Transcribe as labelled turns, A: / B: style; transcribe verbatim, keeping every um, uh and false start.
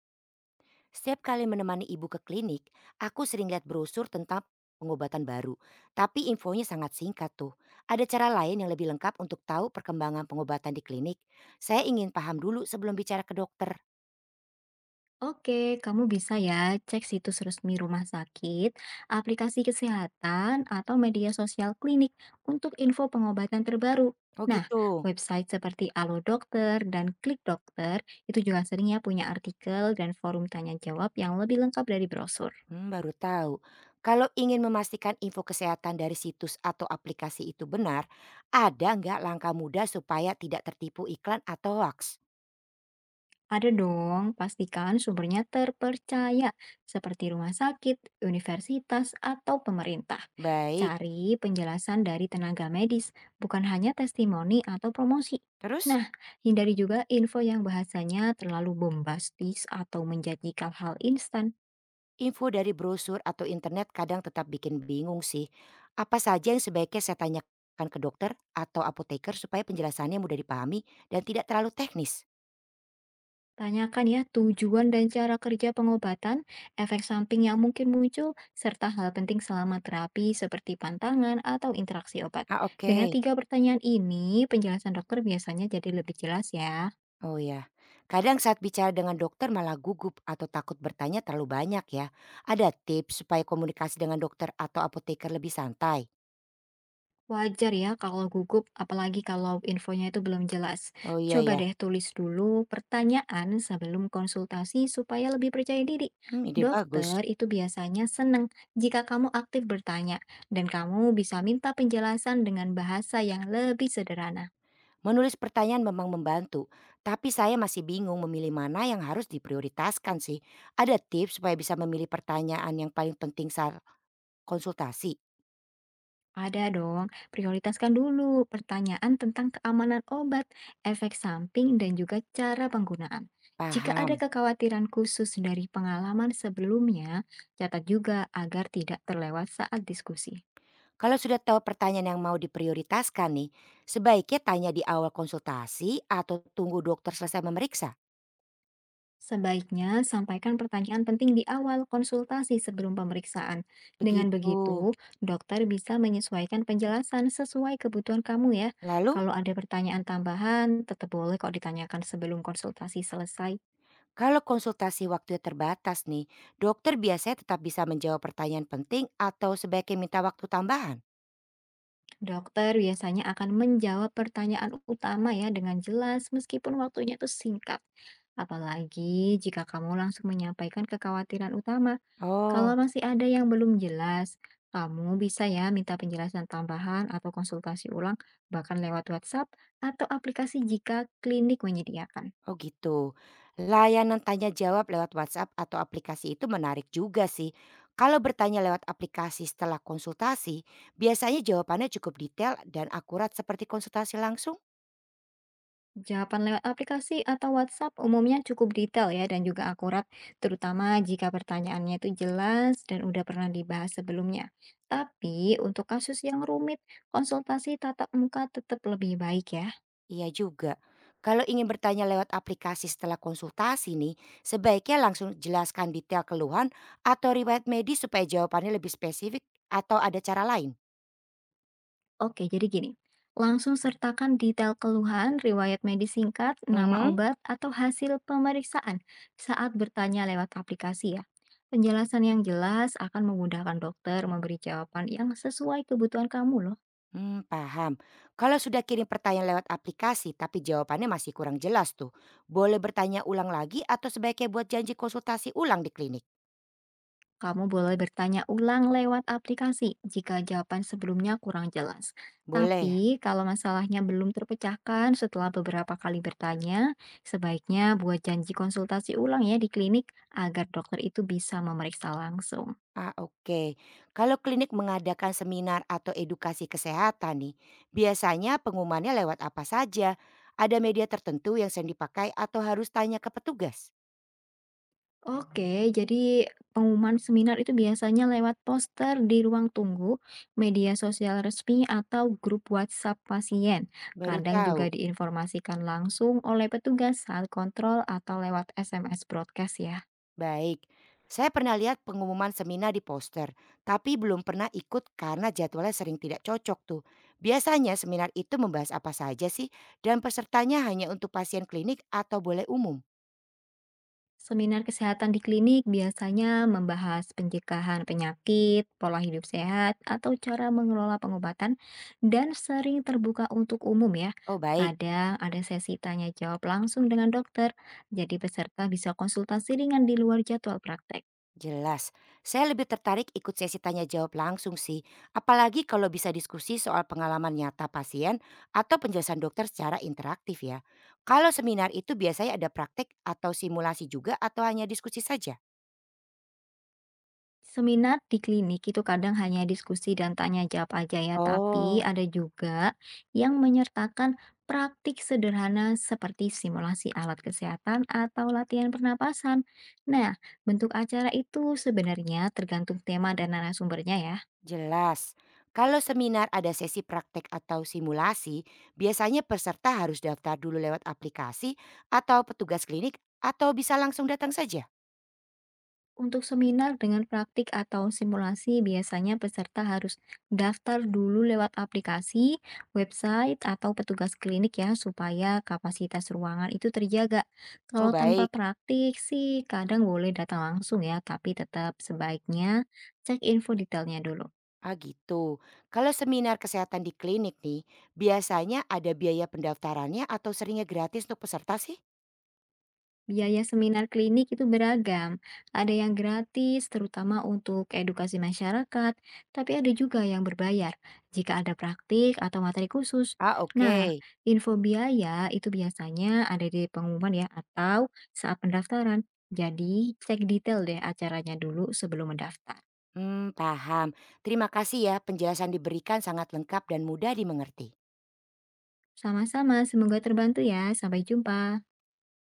A: Setiap kali menemani ibu ke klinik, aku sering lihat brosur tentang pengobatan baru. Tapi infonya sangat singkat tuh. Ada cara lain yang lebih lengkap untuk tahu perkembangan pengobatan di klinik? Saya ingin paham dulu sebelum bicara ke dokter.
B: Oke, kamu bisa ya cek situs resmi rumah sakit, aplikasi kesehatan, atau media sosial klinik untuk info pengobatan terbaru.
A: Oh
B: Nah,
A: gitu.
B: website seperti Alo Dokter dan Klik Dokter itu juga seringnya punya artikel dan forum tanya jawab yang lebih lengkap dari brosur.
A: Hmm, baru tahu. Kalau ingin memastikan info kesehatan dari situs atau aplikasi itu benar, ada nggak langkah mudah supaya tidak tertipu iklan atau hoax?
B: Ada dong, pastikan sumbernya terpercaya seperti rumah sakit, universitas, atau pemerintah.
A: Baik.
B: Cari penjelasan dari tenaga medis, bukan hanya testimoni atau promosi.
A: Terus?
B: Nah, hindari juga info yang bahasanya terlalu bombastis atau menjanjikan hal instan.
A: Info dari brosur atau internet kadang tetap bikin bingung sih. Apa saja yang sebaiknya saya tanyakan ke dokter atau apoteker supaya penjelasannya mudah dipahami dan tidak terlalu teknis?
B: Tanyakan ya tujuan dan cara kerja pengobatan, efek samping yang mungkin muncul, serta hal penting selama terapi seperti pantangan atau interaksi obat.
A: Ah,
B: Dengan
A: oke.
B: tiga pertanyaan ini, penjelasan dokter biasanya jadi lebih jelas ya.
A: Oh ya. Kadang saat bicara dengan dokter malah gugup atau takut bertanya terlalu banyak ya. Ada tips supaya komunikasi dengan dokter atau apoteker lebih santai?
B: Wajar ya kalau gugup, apalagi kalau infonya itu belum jelas.
A: Oh iya
B: Coba
A: ya.
B: deh tulis dulu pertanyaan sebelum konsultasi supaya lebih percaya diri.
A: Hmm, ide bagus.
B: Dokter itu biasanya seneng jika kamu aktif bertanya dan kamu bisa minta penjelasan dengan bahasa yang lebih sederhana.
A: Menulis pertanyaan memang membantu, tapi saya masih bingung memilih mana yang harus diprioritaskan sih. Ada tips supaya bisa memilih pertanyaan yang paling penting saat konsultasi?
B: Ada dong, prioritaskan dulu pertanyaan tentang keamanan obat, efek samping, dan juga cara penggunaan. Jika ada
A: Paham.
B: kekhawatiran khusus dari pengalaman sebelumnya, catat juga agar tidak terlewat saat diskusi.
A: Kalau sudah tahu pertanyaan yang mau diprioritaskan nih, sebaiknya tanya di awal konsultasi atau tunggu dokter selesai memeriksa?
B: Sebaiknya sampaikan pertanyaan penting di awal konsultasi sebelum pemeriksaan. Dengan
A: Begitu.
B: begitu, dokter bisa menyesuaikan penjelasan sesuai kebutuhan kamu ya.
A: Lalu,
B: Kalau ada pertanyaan tambahan, tetap boleh kok ditanyakan sebelum konsultasi selesai.
A: kalau konsultasi waktunya terbatas nih, dokter biasanya tetap bisa menjawab pertanyaan penting atau sebaiknya minta waktu tambahan?
B: Dokter biasanya akan menjawab pertanyaan utama ya dengan jelas meskipun waktunya itu singkat. Apalagi jika kamu langsung menyampaikan kekhawatiran utama.
A: Oh.
B: Kalau masih ada yang belum jelas, kamu bisa ya minta penjelasan tambahan atau konsultasi ulang bahkan lewat WhatsApp atau aplikasi jika klinik menyediakan.
A: Oh gitu. Layanan tanya jawab lewat WhatsApp atau aplikasi itu menarik juga sih. Kalau bertanya lewat aplikasi setelah konsultasi, biasanya jawabannya cukup detail dan akurat seperti konsultasi langsung?
B: Jawaban lewat aplikasi atau WhatsApp umumnya cukup detail ya dan juga akurat, terutama jika pertanyaannya itu jelas dan udah pernah dibahas sebelumnya. Tapi untuk kasus yang rumit, konsultasi tatap muka tetap lebih baik ya.
A: Iya juga. Kalau ingin bertanya lewat aplikasi setelah konsultasi nih, sebaiknya langsung jelaskan detail keluhan atau riwayat medis supaya jawabannya lebih spesifik atau ada cara lain.
B: Oke, jadi gini. Langsung sertakan detail keluhan, riwayat medis singkat, nama
A: Mhm.
B: obat, atau hasil pemeriksaan saat bertanya lewat aplikasi ya. Penjelasan yang jelas akan memudahkan dokter memberi jawaban yang sesuai kebutuhan kamu loh.
A: Mmm, paham. Kalau sudah kirim pertanyaan lewat aplikasi tapi jawabannya masih kurang jelas tuh, boleh bertanya ulang lagi atau sebaiknya buat janji konsultasi ulang di klinik?
B: Kamu boleh bertanya ulang lewat aplikasi jika jawaban sebelumnya kurang jelas.
A: Boleh ya?
B: Tapi kalau masalahnya belum terpecahkan setelah beberapa kali bertanya, sebaiknya buat janji konsultasi ulang ya di klinik agar dokter itu bisa memeriksa langsung.
A: Ah, oke. Kalau klinik mengadakan seminar atau edukasi kesehatan nih, biasanya pengumumannya lewat apa saja? Ada media tertentu yang sering dipakai atau harus tanya ke petugas?
B: Oke, jadi pengumuman seminar itu biasanya lewat poster di ruang tunggu, media sosial resmi, atau grup WhatsApp pasien.
A: Baru
B: Kadang juga
A: tahu.
B: diinformasikan langsung oleh petugas saat kontrol atau lewat S M S broadcast ya.
A: Baik, saya pernah lihat pengumuman seminar di poster, tapi belum pernah ikut karena jadwalnya sering tidak cocok tuh. Biasanya seminar itu membahas apa saja sih dan pesertanya hanya untuk pasien klinik atau boleh umum?
B: Seminar kesehatan di klinik biasanya membahas pencegahan penyakit, pola hidup sehat, atau cara mengelola pengobatan, dan sering terbuka untuk umum ya.
A: Oh baik,
B: Kadang ada sesi tanya jawab langsung dengan dokter, jadi peserta bisa konsultasi ringan di luar jadwal praktek.
A: jelas. Saya lebih tertarik ikut sesi tanya jawab langsung sih, apalagi kalau bisa diskusi soal pengalaman nyata pasien atau penjelasan dokter secara interaktif ya. Kalau seminar itu biasanya ada praktik atau simulasi juga atau hanya diskusi saja?
B: Seminar di klinik itu kadang hanya diskusi dan tanya jawab aja ya, tapi
A: Oh.
B: ada juga yang menyertakan praktik sederhana seperti simulasi alat kesehatan atau latihan pernapasan. Nah, bentuk acara itu sebenarnya tergantung tema dan narasumbernya ya.
A: Jelas. Kalau seminar ada sesi praktek atau simulasi, biasanya peserta harus daftar dulu lewat aplikasi atau petugas klinik atau bisa langsung datang saja.
B: Untuk seminar dengan praktik atau simulasi, biasanya peserta harus daftar dulu lewat aplikasi, website, atau petugas klinik ya, supaya kapasitas ruangan itu terjaga.
A: Oh
B: Kalau tanpa
A: baik.
B: praktik sih, kadang boleh datang langsung ya, tapi tetap sebaiknya cek info detailnya dulu.
A: Ah gitu. Kalau seminar kesehatan di klinik nih, biasanya ada biaya pendaftarannya atau seringnya gratis untuk peserta sih?
B: Biaya seminar klinik itu beragam. Ada yang gratis, terutama untuk edukasi masyarakat, tapi ada juga yang berbayar jika ada praktik atau materi khusus.
A: Ah, oke.
B: Nah, info biaya itu biasanya ada di pengumuman ya atau saat pendaftaran. Jadi, cek detail deh acaranya dulu sebelum mendaftar.
A: Hmm, paham. Terima kasih ya, penjelasan diberikan sangat lengkap dan mudah dimengerti.
B: Sama-sama, semoga terbantu ya. Sampai jumpa.